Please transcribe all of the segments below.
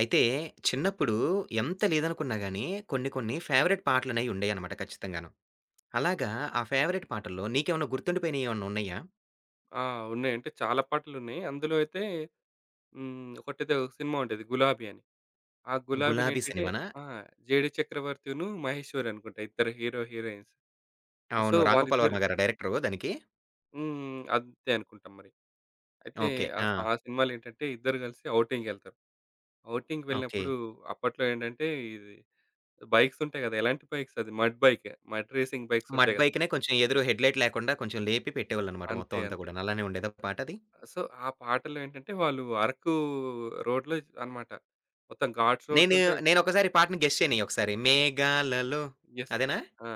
అయితే చిన్నప్పుడు ఎంత లేదనుకున్నా గానీ, కొన్ని కొన్ని ఫేవరెట్ పాటలనేయి ఉండేయనమాట ఖచ్చితంగాను. అలాగా ఆ ఫేవరెట్ పాటల్లో నీకేమన్నా గుర్తుండిపోయినయి ఏమన్నా ఉన్నయ్యా? ఆ! ఉన్నాయి. అంటే చాలా పాటలున్నాయి. అందులో అయితే హ్మ్. ఒకటేదో సినిమా ఉంటది 'గులాబీ' అని. ఆ 'గులాబీలో' 'గులాబీ' ఏంటంటే సినిమానా? ఆ! 'జేడి చక్రవర్తిను, మహేశ్వరి' అనుకుంటా ఇద్దరు హీరో, హీరోయిన్స్. సో, అవును. 'రాంగోపాల్ వాళ్ళిద్దరు వర్మ' గారా డైరెక్టరు దానికి? హ్మ్. అంతే అనుకుంటాం మరి. అయితే ఓకే. ఆ! ఆ సినిమాలేంటంటే ఇద్దరు కలిసి ఔటింగ్‌కెళ్తారు. ఔటింగ్‌కి ఓకే. వెళ్ళినప్పుడు అప్పట్లో ఏంటంటే ఇది బైక్స్ ఉంటాయి కదా! ఎలాంటి బైక్స్ అది మడ్ బైకే. మడ్ రేసింగ్ బైక్స్ మడ్ ఉంటాయి కదా! బైక్‌నే కొంచెం ఎదురు హెడ్‌లైట్ లేకుండా కొంచెం లేపి పెట్టేవాళ్ళనమాట అంతే. మొత్తం అంతా అంతే. గూడాను. అలానే ఉండేదా పాటది? సో, ఆ పాటలో ఏంటంటే వాళ్ళు అరకు రోడ్‌లో అన్నమాట. మొత్తం ఘాట్స్ రోడ్స్ నేను ఉంటాయి. నేనొకసారి పాటని గెస్ చేయనియి ఒకసారి. 'మేఘాలలో' యెస్. అదేనా? ఆ!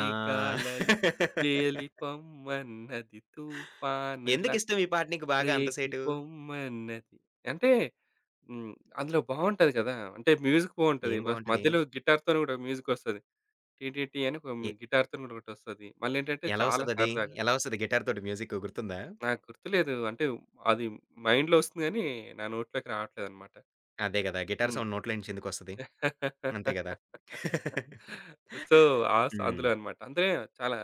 ఆ! తేలిపొమ్మన్నది తుఫానుల ఎందుకిష్టం ఈ పాట నీకు బాగా అంత సేటు? రేగిపొమ్మన్నది. అంటే హ్మ్. అందులో బావుంటది కదా! అంటే మ్యూజిక్ బావుంటది. ఏం ఫస్ట్ బావుంటది? మధ్యలో గిటార్‌తోని గూడా మ్యూజికొస్తది. టీ టీ టీ అని ఒక ఏ గిటార్‌తోని గూడా ఒకటొస్తది. మళ్ళేంటంటే ఎలా చాలా వస్తదది? సరదాగా. ఎలా వస్తది గిటార్ తోటి మ్యూజిక్ గుర్తుందా? నాకు గుర్తులేదు. అంటే అది మైండ్‌లో ఒస్తుంది గానీ, నా నోట్లోకి రావట్లేదన్నమాట. అదే గదా! గిటార్ హ్మ్. సౌండ్ నోట్లో నుంచి ఎందుకొస్తది? అంతే గదా! సో, ఆ స అందులో హ్మ్. అనమాట. అంటే చాలా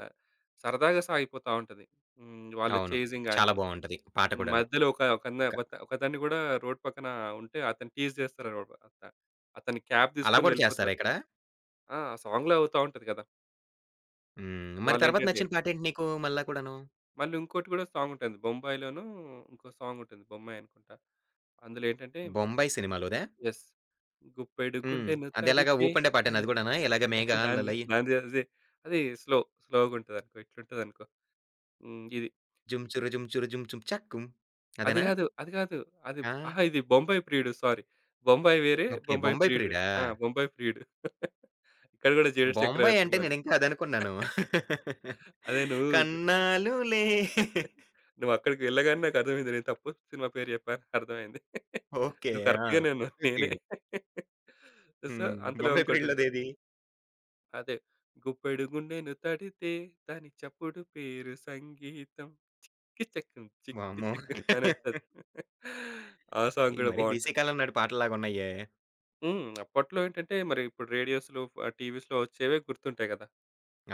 సరదాగా సాగిపోతా ఉంటది. హ్మ్. వాళ్ళ అవును. చేజింగ్ చాలా గాని, బావుంటది పాట కూడాను. మధ్యలో ఒక ఒకన్న ఒక ఒక ఒకతన్ని గూడా రోడ్ పక్కన ఉంటే అతన్ని టీజ్ చేస్తారనమాట. అతని క్యాబ్ అలా తీసుకొని కూడా చేస్తారా వెళ్ళిపోతారు. ఇక్కడ? ఆ! ఆ సాంగ్‌లో అవుతా ఉంటది కదా! హ్మ్. మరి తర్వాత వాళ్ళేంటంటే నచ్చిన పాటేంటి నీకు మళ్ళా కూడాను? మళ్ళీ ఇంకోటి గూడా సాంగ్ ఉంటుంది. 'బొంబాయిలోను' ఇంకో సాంగ్ ఉంటుంది. 'బొమ్మాయి' అనుకుంటా. అందులో ఏంటంటే 'బొంబాయి' సినిమాలోదా? యెస్. గుప్పెడు హ్మ్. గుండెను అదెలాగా తడితే ఊపండే పాటేనా అని అది గూడానా? ఇలాగ దాంది మేఘాలలై దాంది అదే. అది స్లో స్లోగుంటదనుకో. ఇట్లుంటదనుకో. హ్మ్. ఇది. జుమ్ చురు జుమ్ చురు జుమ్ చుమ్ చక్కుం అది అదేనా? గాదు. అది గాదు. అది ఆ! అహా! ఇది 'బొంబాయి ప్రియుడు' సారీ. 'బొంబాయి' వేరే ఓకే. 'బొంబాయి 'బొంబాయి ప్రియుడు' వేరే. ప్రియుడా'? ఆ! 'బొంబాయి ప్రియుడు.' ఇక్కడ గూడా 'జేడు 'బొంబాయి' చక్రవర్తి' అంటే మళ్ళీ. నేనింకా అదనుకున్నాను. అదే నువ్వు కన్నాలులే నువ్వక్కడికి వెళ్ళగానే నాకర్థమైంది. నేను తప్పు సినిమా పేరు జెప్పాను అర్థమైంది. ఓకే. నువ్వు ఆ! కరెక్ట్‌గానే ఉన్నావు. 'బొంబాయి నేనే. ప్రియుడు.' సో, హ్మ్. అంతలో 'బొంబాయి ఇంకోటుంటది. ప్రియుడు'లోదేది? అదే. గుప్పెడు గుండెను తడితే దాని చప్పుడు పేరు సంగీతం. చిక్కి చెక్, చిక్కి వామ్మో! చెక్ అని అంటది. ఆ సాంగ్ ఇయి గూడా మరీ బావుంటది. బీసీ కాలం నాటి పాటల్లాగున్నాయే. హ్మ్. అప్పట్లో ఏంటంటే మరి ఇప్పుడు రేడియోస్‌లో, ఆహ్, టీవీస్‌లో వచ్చేవే గుర్తుంటాయి గదా!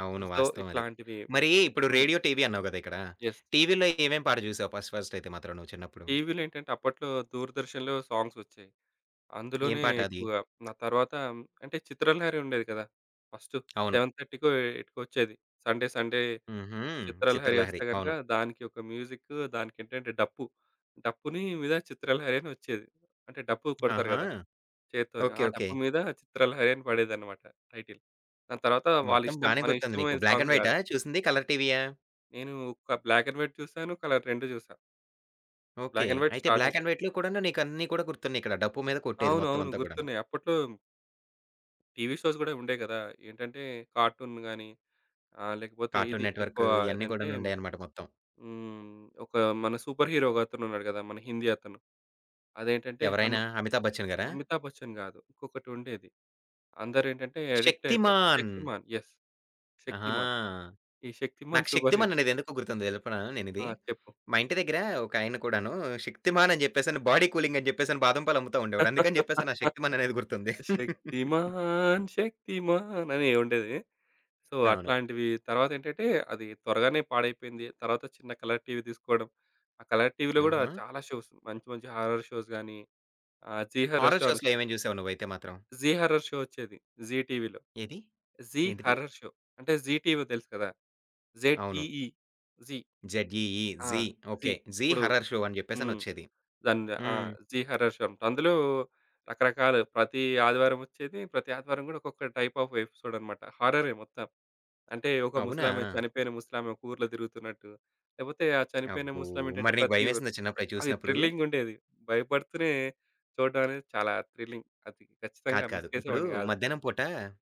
అవును. సో, వాస్తవం అది. ఇట్లాంటివి మరి ఇప్పుడు హ్మ్. రేడియో, టీవీ అన్నావు గదా! ఇక్కడ. యెస్. టీవీలో ఏమేం పాట జూసావు ఫస్ట్ ఫస్ట్ అయితే మాత్రం నువ్వు చిన్నప్పుడు? టీవీలో ఏంటంటే అప్పట్లో 'దూరదర్శన్‌లో' సాంగ్స్ వచ్చేయి. ఏం అందులోనే పాట అది? ఎక్కువగా ఆ తర్వాత అంటే చిత్రలహరి ఉండేది కదా! ఫస్టు అవును. 7:30కో, ఎయిట్‌కో వచ్చేది. సండే, సండే హుహు. చిత్రలహరి వస్తే 'చిత్రలహరి.' గనుక అవును. దానికి ఒక మ్యూజిక్ దానికేంటంటే డప్పు. డప్పుని మీద చిత్రలహరి అని వచ్చేది. అంటే డప్పు కొడతారు ఆహా! గదా! చేత్తోని. ఓకే. ఆ ఓకే. డప్పు మీద 'చిత్రలహరి' అని పడేదన్నమాట టైటిల్. దాని తర్వాత వాళ్ళ మొత్తం ఇష్టం. బానే మన గుర్తుంది ఇష్టమైన నీకు. బ్లాక్ సాంగ్స్ అండ్ వైటా గాదు. చూసింది? కలర్ టీవీయా? నేను ఒక బ్లాక్ అండ్ వైట్ చూసాను. కలర్ 2 చూసా. ఓకే. బ్లాక్ అండ్ వైట్ అయితే బ్లాక్ స్టార్టింగ్. అండ్ వైట్‌లో కూడాను నీకన్నీ కూడా గుర్తున్నాయిక్కడ. డప్పు మీద కొట్టేది మొత్తం అవునవును. అంతా కూడాను. గుర్తున్నాయి. అప్పట్లో టీవీ షోస్ గూడా ఉండేయి గదా! ఏంటంటే కార్టూన్ గాని ఆహ్, లేకపోతే కార్టూన్ ఇది నెట్‌వర్క్ ఎక్కువ ఇయన్నీ ఏదంటే కూడాను ఉండేయన్నమాట మొత్తం. హ్మ్. ఒక మన సూపర్ హీరో ఒకతనున్నాడు గదా! మన హిందీ అతను. అదేంటంటే హను ఎవరైనా? 'అమితాబ్ బచ్చన్' గారా? 'అమితాబ్ బచ్చన్' గాదు. ఇంకొకటుండేది. అందరేంటంటే అడిక్ట్ అయిపోయారు. 'శక్తిమాన్.' 'శక్తిమాన్' యెస్. 'శక్తిమాన్.' ఆహా! ఈ 'శక్తిమాన్' నాకు సూపర్ 'శక్తిమాన్' హీరో. అనేది ఎందుకు గుర్తుంది తెలుపనా ఆ! నేనిది? చెప్పు. మా ఇంటి దగ్గర ఒకాయన కూడాను 'శక్తిమాన్' అని జెప్పేసని బాడీ కూలింగ్ అని జెప్పేసని బాదం పాలు అమ్ముతా ఉండేవాడు. అందుకని జెప్పేసి నా 'శక్తిమాన్' అనేది గుర్తుంది. శక్తిమాన్ శక్తిమాన్ అని ఉండేది. సో, అవును. అట్లాంటివి తర్వాతేంటంటే, అది త్వరగానే పాడైపోయింది. తర్వాత చిన్న కలర్ టీవీ తీసుకోవడం. ఆ కలర్ టీవీలో గూడా ఆహా! చాలా షోస్ మంచి మంచి హారర్ షోస్ గానీ, ఆహ్, జీ హారర్ హారర్ షో షోస్‌లో అనొచ్చేది. ఏమేం జూసావు నువ్వైతే మాత్రం? జీ హారర్ షో వచ్చేది. జీ టీవీలో. ఏది? జీ ఏంటిది? Horror show. అంటే జీ టీవీ తెలుసు కదా! అవును. జెడ్‌ఈఈ జీ. 'జెడ్ఈఈ ఆ! జీ' జీ. ఓకే. 'జీ ఇప్పుడు హర్రర్ షో' అని హ్మ్. జెప్పేసనొచ్చేది. దాన్ని ఆ! హ్మ్. Zee horror show. అన్నమాట. అందులో రకరకాలు ప్రతి ఆదివారం వచ్చేది. ప్రతి ఆదివారం కూడా ఒక్కొక్క టైప్ ఆఫ్ ఎపిసోడ్ అనమాట. హారరే మొత్తం. అంటే ఒక అవునా? ముసలామె చనిపోయిన ముసలామె ఒక ఊర్లో తిరుగుతున్నట్టు. లేకపోతే ఆ చనిపోయిన అబ్బో! ముసలామె ఏంటంటే మరి నీకు ప్రతి ఊరు భయమేసిందా చిన్నప్పుడు అయి అది చూసినప్పుడు? థ్రిల్లింగ్ ఉండేది. భయపడుతూనే చూడడం అనేది చాలా థ్రిల్లింగ్. అది ఖచ్చితంగా కాదు. కాదు. మిస్ ఇప్పుడు చేసేవాడిని కాదు. మధ్యాహ్నం పూట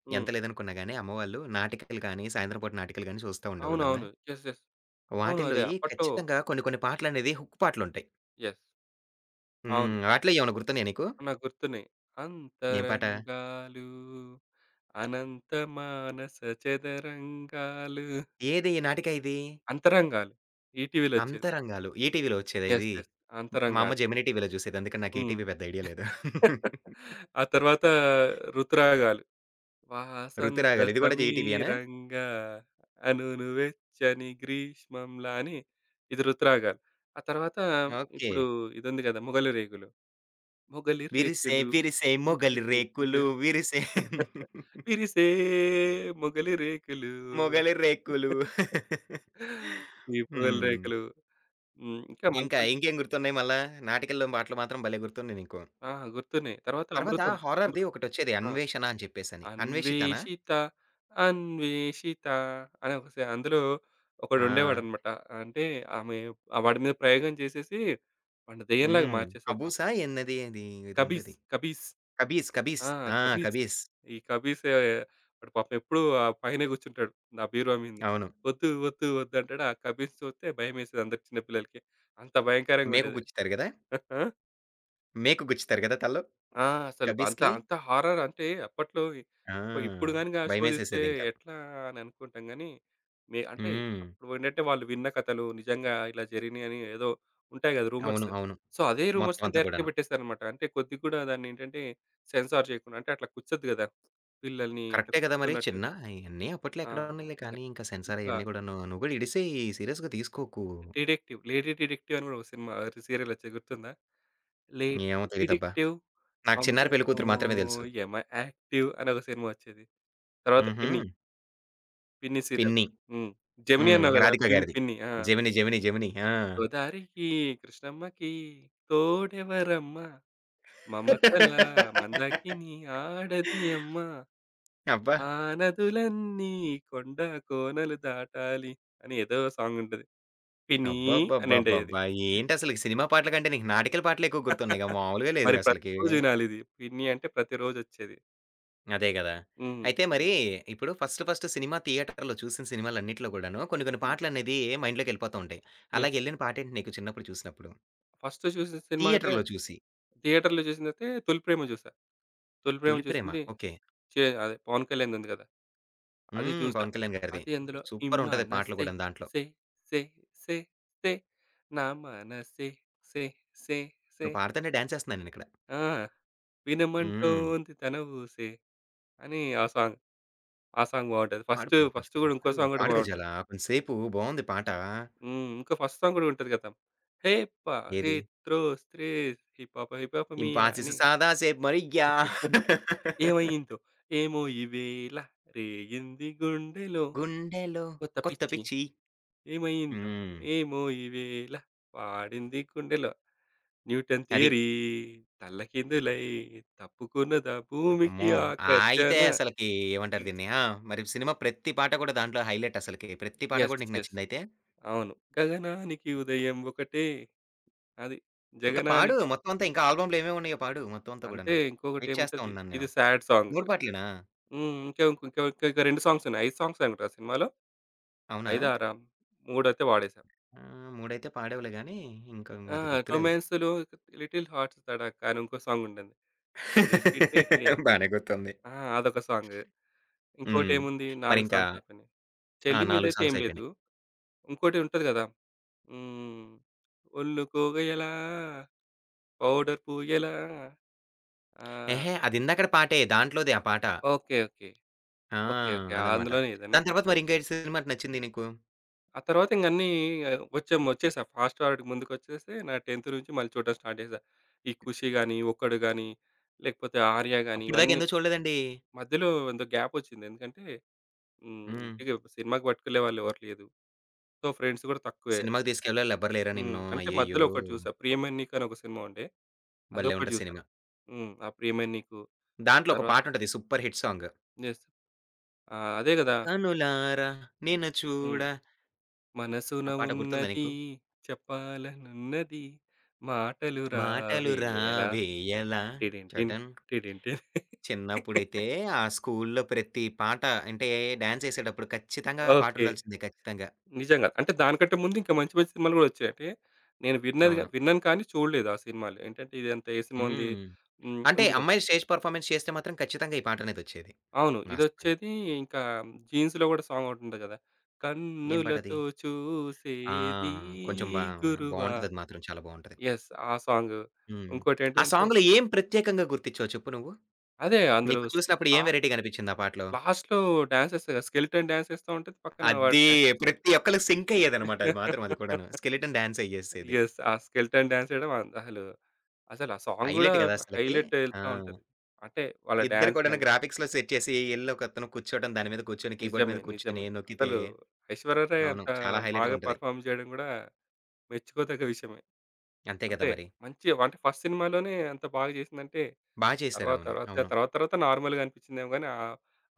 హ్మ్. ఎంత లేదనుకున్నా గాని అమ్మవాళ్ళు నాటికలు కానీ, సాయంత్రం పూట నాటికలు గాని చూస్తా ఉండేవాళ్ళు. అవునా? అవునవును. యెస్. యెస్. అవును. అదే వాటిల్లోయి అప్పట్లో ఖచ్చితంగా కొన్ని కొన్ని పాటలనేది హుక్ పాటలుంటాయి. యెస్. అవును. హ్మ్. వాటిలో ఏమన్నా గుర్తున్నాయా నీకు? నాకు గుర్తున్నాయి. ఏం పాట? అంతరంగాలు అనంత మానస చదరంగాలు. ఏది ఏ నాటిక ఇది? 'అంతరంగాలు' ఈటీవీలో వచ్చేది. 'అంతరంగాలు.' ఈటీవీలో వచ్చేదా యెస్. ఇది? యెస్. మా అమ్మ 'అంతరంగాలు.' జెమినీ టీవీలో చూసేది. అందుకని నాకు హ్మ్. ఈటీవీ పెద్ద ఐడియా లేదు. ఆ తర్వాత 'ఋతురాగాలు.' వాసంత 'ఋతురాగాలు' ఇది కూడా ఈటీవీయేనా? సమీరంగా అనును వెచ్చని గ్రీష్మంలా అని ఇది 'ఋతురాగాలు.' ఆ తర్వాత ఓకే. ఇప్పుడు ఇదుంది గదా! 'మొగలి రేకులు.' మొగలి విరిసే రేకులు, విరిసే మొగలి మొగలి రేకులు రేకులు విరిసే విరిసే మొగలి రేకులు. మొగలి రేకులు. ఈ మొగలి హ్మ్. రేకులు. హ్మ్. ఇంకా ఇంకా మంచి ఇంకేం గుర్తున్నాయి మళ్ళా? నాటికల్లో పాటలు మాత్రం భలే గుర్తున్నాయి నీకు. ఆ! గుర్తున్నాయి. తర్వాత తర్వాత 'అమృతం', హారర్‌ది 'అమృతం' ఒకటొచ్చేది ఆ! 'అన్వేషణ' అని చెప్పేసని. 'అన్వేషితనా'? అన్వేషిత, అన్వేషిత అని ఒక సా అందులో ఆ! ఒకడుండేవాడన్నమాట. అంటే ఆమె ఆ వాడి మీద ప్రయోగం చేసేసి వాడిని దెయ్యంలాగా హ్మ్. మార్చేస్తది పాపం. 'కబూసా' ఏందది అది ఏదో కబీస్, ఉండేది. కబీస్. 'కబీస్ ఆ! కబీస్' ఆ! కబీస్. 'కబీస్' ఈ కబీస్ ఏ, వాడు పాపం ఎప్పుడూ ఆ పైనే కూర్చుంటాడు. నా బీరువా మీదనే. అవును. వద్దు, వద్దు, వద్దు అంటాడు. ఆ కబీస్ చూస్తే భయమేసేది అందరికి చిన్న పిల్లలకి. అంత భయంకరంగా మేకు ఉండేది. గుచ్చుతారు గదా! మేకు గుచ్చుతారు గదా! తలలో. ఆ! అసలు అంత 'కబీస్‌కి' అంత హారర్ అంటే అప్పట్లో ఆ! ఇప్పుడు గనుక ఆ షో తీస్తే భయమేసేసేదింకా. ఎట్లా అని అనుకుంటాం గానీ, మీ అంటే హ్మ్. అప్పుడు ఏంటంటే వాళ్ళు విన్న కథలు నిజంగా ఇలా జరిగినాయని ఏదో ఉంటాయి కదా! రూమర్స్. అవును. అవును. సో, అదే మొత్తం రూమర్స్‌ని అంతా డైరెక్ట్‌గా కూడాను. పెట్టేసారన్నమాట. అంటే కొద్దిగా కూడా దాన్ని ఏంటంటే సెన్సార్ చేయకుండా అంటే అట్లా కుచ్చొద్దు కదా! పిల్లల్ని ఇట్లా కరెక్టే గదా! మరి కుచ్చుతున్నట్టు. చిన్న అయన్నీ అప్పట్లో ఆ! ఎక్కడ ఉన్నాయిలే ఇంగ కానీ ఇంకా సెన్సార్ ఇంకా అయన్నీ కూడాను. నువ్వు గూడా ఇడిసేయి సీరియస్‌గా తీసుకోకు. డిడెక్టివ్ 'లేడీ డిటెక్టివ్' అని కూడా ఒక సినిమా సీరియల్ వచ్చేది గుర్తుందా? ఏమో 'లేడీ తెలీదబ్బా! డిటెక్టివ్ నాకు 'చిన్నారి అమ్మో! పెళ్ళికూతురు' మాత్రమే తెలుసు. యమ యాక్టివ్' అని ఒక సినిమా వచ్చేది. తర్వాత హుహు. 'పిన్ని', 'పిన్ని' సీరియల్. 'పిన్ని.' హ్మ్. 'జెమిని' హ్మ్. అన్నావు గదా! 'రాధిక' గారిది. 'పిన్ని' ఆ! 'జెమిని, జెమిని, జెమిని.' ఆ! గోదారికి, కృష్ణమ్మకి తోడెవరమ్మ? మమతల మందాకిని ఆడది అమ్మ. అబ్బా! ఆ నదులన్నీ కొండ కోనలు దాటాలి అని ఏదో సాంగ్ ఉంటది. 'పిన్ని' అని ఎండ్ అయ్యేది. అబ్బబ్బబ్బబ్బబ్బా! ఏంటసలకి సినిమా పాటల కంటే నీకు నాటికల పాటలు ఎక్కువ గుర్తున్నాయిగా మామూలుగా మరి లేదుగా అసలకి. ప్రతిరోజు వినాలిది. 'పిన్ని' అంటే ప్రతిరోజొచ్చేది. అదే గదా! హ్మ్. అయితే మరి ఇప్పుడు ఫస్ట్ ఫస్ట్ సినిమా థియేటర్‌లో చూసిన సినిమాలన్నిట్లో గూడాను కొన్ని కొన్ని హ్మ్. పాటలనేది మైండ్‌లోకెళ్ళిపోతూ ఉంటాయి. యెస్. అలాగెళ్ళిన పాటేంటి నీకు చిన్నప్పుడు చూసినప్పుడు? ఫస్ట్ చూసిన సినిమా అయితే థియేటర్‌లో చూసి. థియేటర్‌లో చూసిందయితే 'తొలి ప్రేమ' చూసా. 'తొలి 'తొలి ప్రేమ' ప్రేమ.' చూసింది ఓకే. అదే 'పవన్ కళ్యాణ్‌ది' ఉంది కదా! అది హ్మ్. చూసా. 'పవన్ కళ్యాణ్' గారిది. అది అందులో ఈ సూపరుంటది పాటలు మనసే గూడాను దాంట్లో. సే సే సే సే నా మనసే సే సే సే నువ్వు పాడుతుంటే డాన్స్ ఏస్తున్నా నేనిక్కడ. ఆ! హ్మ్. వినమంటోంది తన ఊసే అని ఆ సాంగ్. ఆ సాంగ్ బావుంటది. పాడు, ఫస్ట్ పాడు కొంచెం ఫస్ట్ గూడా ఇంకో పాడు. సాంగ్ గూడా పాడు గజాల బావుంటది. కొంచెం సేపు బావుంది పాట. హ్మ్. ఇంకా ఫస్ట్ సాంగ్ గూడా ఉంటది కదా! హేప్పా హే ఏది? త్రోస్ త్రేస్ హిపాప హిపాప మియా 'ఇంపాసిస్ అని సాదా సే మరియా ఏమయ్యిందో ఏమో ఈవేళ రేగింది గుండెలో గుండెలో కొత్త కొత్త పిచ్చి. పిచ్చి' ఏమయిందో హ్మ్. ఏమో ఈవేళ వాడింది గుండెలో న్యూటన్ అది. థియరీ తల్లకిందులై తప్పుకున్నదా అమ్మో! భూమికి ఆగితే ఆకర్షణ. అసలకి ఏమంటారు దీన్ని? ఆ! మరి సినిమా ప్రతి పాట కూడా దాంట్లో హైలైట్ అసలకి. ప్రతి పాట యెస్. కూడా నీకు యెస్. నచ్చిందయితే. అవును. గగనానికి ఉదయం ఒకటే అది. ఇంకా పాడు జగనానికి మొత్తం అంతా. ఇంకా ఆల్బమ్‌లో ఏమేమి ఉన్నాయో పాడు మొత్తం అంతా అంతే కూడాను. వెయిట్ చేస్తా ఇంకొకటేముంటది. ఉన్నాను ఇది నేను. Sad song. 3 పాటలేనా? హ్మ్. ఇంకా ఇంక ఇంక 2 సాంగ్స్ ఉన్నాయి. 5 సాంగ్స్ అనుకుంటా ఆ సినిమాలో. అవునా? 5, 6 మూడైతే వాడేసాం. ఆ! 3 అయితే పాడావులే గాని, ఇంకా ఆ! అది గుర్తులేదు. రొమాన్స్‌లో 'లిటిల్ హార్ట్స్' తడాకా అని ఇంకో సాంగ్ ఉంటుంది. బానే గుర్తుంది. ఆ! అదొక సాంగ్. హ్మ్. ఇంకోటేముంది 4 మరింకా సాంగ్స్ అయిపోయినాయి. ఆ! 'చెల్లి' 4 మీదైతే సాంగ్స్ ఏం అయిపోయినాయి. లేదు. ఇంకోటి ఉంటది గదా! హ్మ్. ఒళ్ళు కోవెయలా, పౌడర్ పూయలా ఆ! ఎహే! అదిందాకడ పాటే దాంట్లోదే ఆ పాట. ఓకే. ఓకే. ఆ! ఓకే. ఓకే. అదనమాట. అందులోనే ఇదేనా? దాని తర్వాత మరి ఇంకా ఏ సినిమా నచ్చింది నీకు? ఆ తర్వాత ఇంక అన్నీ వచ్చేసా. ఫాస్ట్ ఫార్వర్డ్‌కి ముందుకొచ్చేసి నా 10థ్ నుంచి మళ్ళీ చూడడం స్టార్ట్ చేశా. ఈ 'ఖుషి' గాని, 'ఒక్కడు' గాని, లేకపోతే 'ఆర్య' గాని అప్పటిదాకా ఇవన్నీ ఎందుకు చూడలేదండి? మధ్యలో ఎంతో గ్యాపొచ్చింది. ఎందుకంటే హ్మ్. హ్మ్. ఇంటికి సినిమాకి పట్టుకెళ్ళేవాళ్ళు ఎవరు లేదు. సో, ఫ్రెండ్స్ గూడా తక్కువే. సినిమాకి తీసుకెళ్ళేళ్ళు ఎవ్వరు లేరా హ్మ్. నిన్ను? అంటే అయ్యయ్యో! మధ్యలో ఒకటి చూసా. 'ప్రియమైన నీకు' అని ఒక సినిమా ఉండే. భలే అదొకటి ఉంటది చూసా. సినిమా. హ్మ్. ఆ 'ప్రియమైన నీకు' దాంట్లో ఒక తర్వాత పాటుంటది సూపర్ హిట్ సాంగ్. యెస్. ఆ! అదే గదా! కనులారా నిన్ను హ్మ్. చూడ మనసున ఆ పాట గుర్తుందా ఉన్నది నీకు? చెప్పాలనున్నది మాటలు మాటలు రావేలా రావేయలా టిడిన్ టిన్ చటన్ టిడిన్ టిన్. చిన్నప్పుడైతే ఆ స్కూల్‌లో ప్రతి పాట అంటే డాన్స్ ఏసేటప్పుడు ఖచ్చితంగా ఆ పాట ఓకే. ఉండాల్సిందే ఖచ్చితంగా. నిజంగా. అంటే దానికంటే ముందు ఇంకా మంచి మంచి సినిమాలు గూడా వచ్చాయి. అంటే నేను అవును. విన్నాను కానీ చూడలేదు ఆ సినిమాలు. ఏంటంటే ఇదంతా ఏ సినిమా ఉంది? హ్మ్. హ్మ్. అంటే ఉంది గదా! అమ్మాయిలు స్టేజ్ పెర్ఫార్మన్స్ చేస్తే మాత్రం ఖచ్చితంగా ఈ పాటనేదొచ్చేది. అవును. వాస్తవంగా. ఇదొచ్చేది ఇంకా జీన్స్‌లో గూడా సాంగ్ ఒకటుంటది గదా! ఏం పాటది? కన్నులతో ఆ! చూసేది కొంచెం బా గురువా బావుంటదది మాత్రం. చాలా బావుంటది. యెస్. ఆ సాంగు. హ్మ్. ఆ ఇంకోటేంటంటే సాంగ్‌లో ఏం ప్రత్యేకంగా గుర్తించావు చెప్పు నువ్వు? అదే అందులో నీకు చూసినప్పుడు ఏం లాస్ట్‌లో, వెరైటీగా అనిపించింది ఆ పాటలో? లాస్ట్‌లో డాన్సేస్తాడు గదా! స్కెలిటన్ డాన్స్ ఏస్తా ఉంటది. పక్కన వాడు అదీ డాన్స్ చేస్తాడు. ప్రతి ఒక్కళ్ళకి సింక్ అయ్యేదనమాట అది మాత్రం అది కూడాను. స్కెలిటన్ డాన్స్ ఎయ్యేసేది. యెస్. ఆ స్కెలిటన్ డాన్స్ ఏయడం అసలు, అసలు ఆ సాంగ్ గూడా హైలైట్ గదా! అసలకి. హైలైట్ ఆ! ఎళ్తా ఉంటది. అంటే వాళ్ళ ఇద్దరు డాన్స్ కూడాను గాని. గ్రాఫిక్స్‌లో సెట్ చేసి ఎళ్లి ఒకతను కూర్చోవడం, దాని మీద కూర్చొని కీబోర్డ్ నిజమే. మీద కూర్చొని నిజమే. నొక్కితే అసలు ఐశ్వర్య రాయ్ అవును. అంత చాలా హైలైట్‌గా బాగా ఉంటది. పెర్ఫార్మ్ జేయడం గూడా మెచ్చుకోదగ్గ విషయమే. అంతే కదా అంతే. మరి. మంచి అంటే ఫస్ట్ సినిమాలోనే అంత బాగా జేసిందంటే, బా చేశారు. అవును. అవును. తర్వాత తర్వాత నార్మల్‌గా అనిపించిందేమో గానీ, ఆహ్,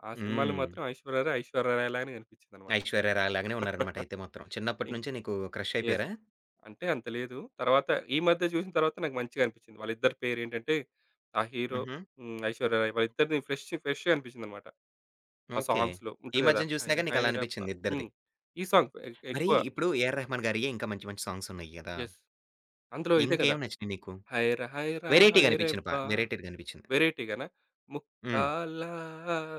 ఆ సినిమాలో హ్మ్. మాత్రం ఐశ్వర్య రాయ్ లాగానే కనిపించిందనమాట. ఐశ్వర్య రాయ్ లాగానే ఉన్నారనమాట అయితే మాత్రం. చిన్నప్పటి ఇక్ నుంచే నీకు క్రష్ యెస్. అయిపోయారా? అంటే అంత లేదు. తర్వాత ఈ మధ్య జూసిన తర్వాత నాకు మంచిగా అనిపించింది. వాళ్ళిద్దరి పేరేంటంటే, ఆ హీరో హుహు. హ్మ్. ఐశ్వర్య రాయ్ వాళ్ళిద్దరిది ఫ్రెష్‌గా అనిపించిందనమాట. ఆ ఓకే. సాంగ్స్‌లో ఈ ఉంటది గదా! మధ్యన చూసినా హైర గాని నీకు అలా హైరబ్బా అనిపించింది ఇద్దరిది. హ్మ్. ఈ సాంగ్ మరి ఎక్కువ. ఇప్పుడు ఏఆర్ రెహమాన్ గారియ్యే ఇంకా మంచి మంచి సాంగ్స్ ఉన్నాయి కదా! యెస్. అందులో ఇదే గదా! ఇంకేం నచ్చినాయి నీకు? హైర హైర వెరైటీగా అనిపించిన పా హైరెబ్బా వెరైటీగా అనిపించింది. వెరైటీగానా? హ్మ్. ముక్కాలా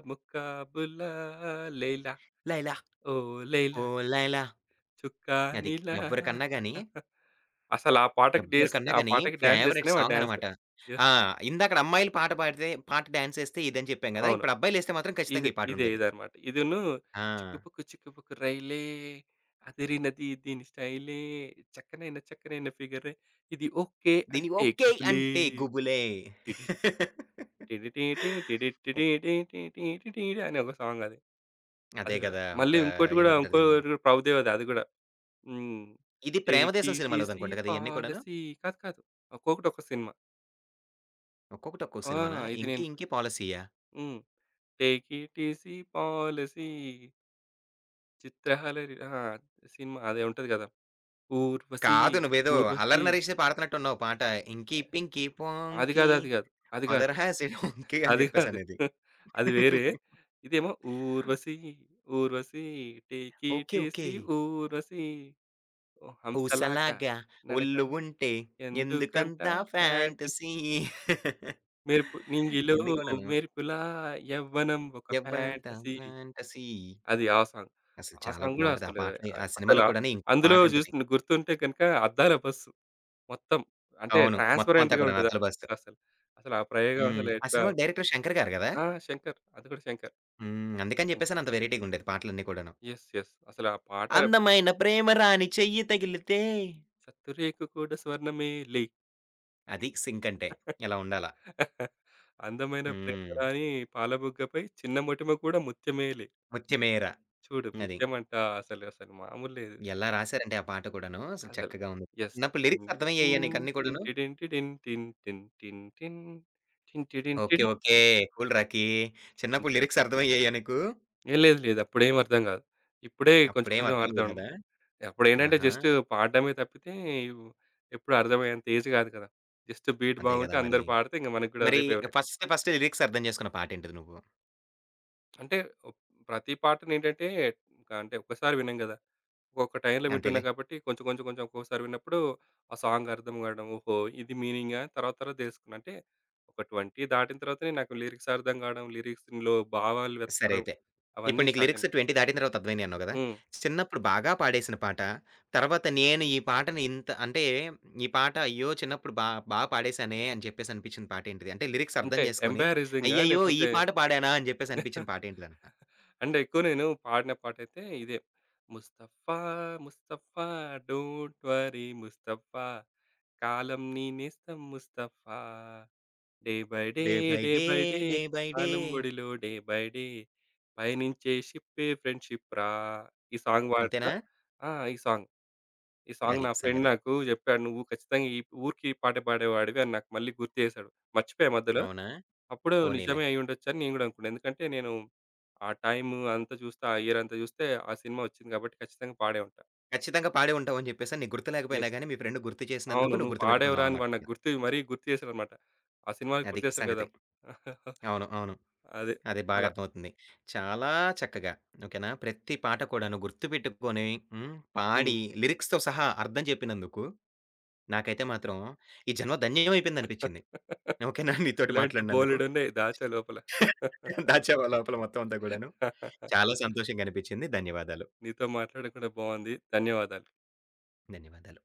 ముక్కాబులా లైలా 'లైలా ఓ లైలా ఓ లైలా' అది. చుక్కానిలా ఎవ్వరికన్నా గాని అసలు ఎవ్వరికన్నా ఆ గాని పాటకి డాన్స్ ఫేవరెట్ చేస్తేనే వాడు సాంగ్ అనమాట. డాన్సర్. యెస్. ఆ! ఇందాకడ అమ్మాయిలు పాట పాడితే పాట డాన్సేస్తే ఇదని చెప్పాం గదా! అవును. ఇప్పుడు అబ్బాయిలేస్తే మాత్రం ఇది ఖచ్చితంగా ఈ ఇదే పాటుండేది. ఇదనమాట. ఇదును ఆ! చిక్కుపుక్కు చిక్కుపుక్కు రైలే అదిరినది దీని స్టైలే చక్కనైన చక్కనైన ఫిగరే ఇది ఓకే దీని అంటే ఓకే కుబులే అంటే గుబులే. టిడి టిడిటిటి టిడిటిటిటిటిటిటిటిడి అని ఒక సాంగ్ అది. అదే అది గూడా. గదా! ఒక మళ్ళీ ఏమంటారు ఇంకోటి దీన్ని? గూడా ప్రభుదేవాదే అది గూడా. హ్మ్. ఇది 'టేక్ 'ప్రేమదేశం' ఇట్ ఈజీ సినిమాలోదనుకుంట గదా! ఇయన్నీ కూడాను? పాలసీ' కాదు కాదు. ఒక్కొక్కటి ఒక్క సినిమా. ఒక్కొక్కటి ఒక్కొక్క ఆ! సినిమానా? ఇది 'ఇంకి నేను ఇంకి పాలిసీయా'? హ్మ్. 'టేక్ ఇట్ ఈజీ పాలసీ చిత్రహాలరి' ఆ! సినిమా అదే ఉంటది గదా! 'ఊర్వశి కాదు నువ్వేదో అల్లరి ఊర్వశి' నరేషే పాడుతున్నట్టున్నావు పాట. 'ఇంకి పింకీ అది పాంకీ గాదు. అది గాదు. అది గాదు. మదర్ హాస్ ఎ డాంకీ' అని అది గాదు. జెప్పేసనేది. అది వేరే. ఇదేమో 'Urvashi Urvashi take it okay. Okay. Easy Urvashi ఓ హంసలాగా ఊసలాగా నడక' ఒళ్ళు ఉంటే ఎందుకంట ఎందుకంత ఫ్యాంట్ ఫ్యాంటసీ. మెరుపు నింగిలో ఇయన్నీ కూడాను. మెరుపులా యవ్వనం ఒక ఎవ్వడంత ఫ్యాంటసీ. ఫ్యాంటసీ. అది ఆ సాంగ్. అసలు ఆ చాలా సాంగ్ గూడా బావుంటది. ఆ అసలు పాటని ఆ ఆహ్, సినిమాలో కూడాను ఇంకొక అందులో పాటుంటది. జూస్తున్న గుర్తుంటే గనక అద్దాల బస్సు మొత్తం. అంటే అవును. మొత్తం అంతా ట్రాన్స్‌పరెంట్‌గా కూడాను ఉంటది 'అతల బాసు'. అసలు. అసలు ఆ ప్రయోగం హ్మ్. అసలు ఆ ఎట్లా సినిమాకి డైరెక్టర్ 'శంకర్' గారు గదా! ఆ! శంకర్. అది గూడా శంకర్. హ్మ్. అందుకని శంకర్. జెప్పేసని అంత వెరైటీగుండేది పాటలన్నీ కూడాను. యెస్. యెస్. అసలు ఆ పాట అందమైన ప్రేమరాని చెయ్యి తగిలితే సత్తురేకు కూడా స్వర్ణమేలే అది సింకంటే. ఇలా ఉండాల. అందమైన హ్మ్. ప్రేమరాణి పాలబుగ్గపై చిన్న మొటిమ కూడా ముత్యమేలే. ముత్యమేర చూడు అది. ముత్యమంట అసలు, అసలు మామూలు లేదు. ఎలా రాసారంటే ఆ పాట కూడాను. అసలు అసలు. చక్కగా ఉంది. యెస్. చిన్నప్పుడు లిరిక్స్ అర్థమయ్యాయా టిన్ నీకన్నీ టిన్ కూడాను? టిడిన్ టిడిన్ టిన్ టిన్ టిన్ టిన్ టిన్ టిడిన్ ఓకే. టిడిన్ ఓకే. కూల్ రాకీ. చిన్నప్పుడు అంతే. లిరిక్స్ అర్థమయ్యాయా నీకు? ఏం లేదు. అప్పుడేం అర్థం కాదు. ఇప్పుడే కొంచెం, అప్పుడేం కొంచెం అర్థం. అర్థమయ్యేయి కదా! అప్పుడేంటంటే ఆహా! జస్ట్ పాడడమే తప్పితే ఇవ్- ఎప్పుడు అర్థమయ్యేంత ఏజ్ కాదు కదా! జస్ట్ బీట్ అంతే బాగుంటే కదా మరి. అందరూ పాడితే ఇంక మనకు కూడా మరి అదే ఫేవరెట్. ఫస్ట్ ఫస్ట్ లిరిక్స్ అర్థం చేసుకున్న పాటేంటిది నువ్వు? అంటే ఒ- ప్రతి పాటనేంటంటే, అంటే ఒక్కసారి వినం కదా! ఒక్కొక్క టైంలో వింటున్నా అంతేలే. కాబట్టి కొంచెం కొంచెం కొంచెం ఒక్కొక్కసారి విన్నప్పుడు ఆ సాంగ్ అర్థం కావడం ఓహో ఇది మీనింగా తర్వాత తర్వాత తెలుసుకున్నా అంటే ఒక 20 దాటిన తర్వాతనే నాకు లిరిక్స్ అర్థం కావడం లిరిక్స్లో భావాలు సరే వెతకడం అయితే. ఇప్పుడు అవన్నీ నీకు స్టార్ట్ లిరిక్స్ అయినాయి 20 దాటిన తర్వాత అర్థమైనయి అన్నావు గదా! ఉమ్, చిన్నప్పుడు బాగా పాడేసిన పాట, తర్వాత నేను ఈ పాటని ఇంత అంటే ఈ పాట అయ్యో! చిన్నప్పుడు బా బా పాడేశానే అని చెప్పేసి అనిపించిన పాటేంటిది? అంటే లిరిక్స్ అర్థం అంటే చేసుకొని, ఎంబారసింగా అయ్యయ్యో! ఈ లేకపోతే పాట పాడానా అని చెప్పేసి అనిపించిన పాటేంటిదంటున్నా? అంటే ఎక్కువ నేను పాడిన పాట అయితే ఇదే ముస్తఫా ముస్తఫా డోంట్ వరీ ముస్తఫా కాలం నేనేస్తాం Mustafa day by day, 'day by day day, by day day by day' కాలం ఒడిలో డే బై డే పయనించే షిప్పే ఫ్రెండ్‌షిప్ రా! ఈ సాంగ్ పాడతా అంతేనా? ఆ! ఈ సాంగ్. ఈ సాంగ్ అది నా ఫ్రెండ్ సంగతి. నాకు చెప్పాడు. "నువ్వు ఖచ్చితంగా ఈ ఊరికి ఈ పాట పాడేవాడివి" అని నాకు మళ్ళీ గుర్తు చేశాడు. మర్చిపోయా మధ్యలో. అవునా? అప్పుడు పోనీలే. నిజమే అయ్యుండొచ్చు అని నేను కూడా అనుకున్నా. ఎందుకంటే నేను ఆ టైము అంతా చూస్తే, ఆ ఇయర్ అంతా చూస్తే ఆ సినిమా వచ్చింది కాబట్టి ఖచ్చితంగా పాడే ఉంటా. ఖచ్చితంగా పాడే ఉంటావు అని చెప్పేసని నీకు గుర్తు లేకపోయినా యెస్. గాని, మీ ఫ్రెండ్ గుర్తు అవును. చేసినందుకు నువ్వు నువ్వు పాడావురా అని గుర్తుపెట్టుకున్నావన్నమాట వాడు నాకు ఇక్కడ. గుర్తు చేశాడనమాట. ఆ సినిమాకి అది గుర్తు చేశాడు గదా! సంగతి. అవును. అవును. అదే. అది బాగా అలా. అర్థమవుతుంది. చాలా చక్కగా ఓకేనా! ప్రతి పాట కూడాను గుర్తుపెట్టుకొని హ్మ్. హ్మ్. పాడి లిరిక్స్‌తో సహా అర్థం చెప్పినందుకు నాకైతే మాత్రం ఈ జన్మ ధన్యమైపోయిందనిపించింది. ఓకేనా! నీతోటి ఇలాంటి మాట్లాడినందుకు. బోలెడున్నాయి దాచా లోపల. దాచావా లోపల మొత్తం అంతా కూడాను. చాలా సంతోషంగా అనిపించింది. ధన్యవాదాలు. నీతో మాట్లాడడం కూడా బావుంది. ధన్యవాదాలు. ధన్యవాదాలు.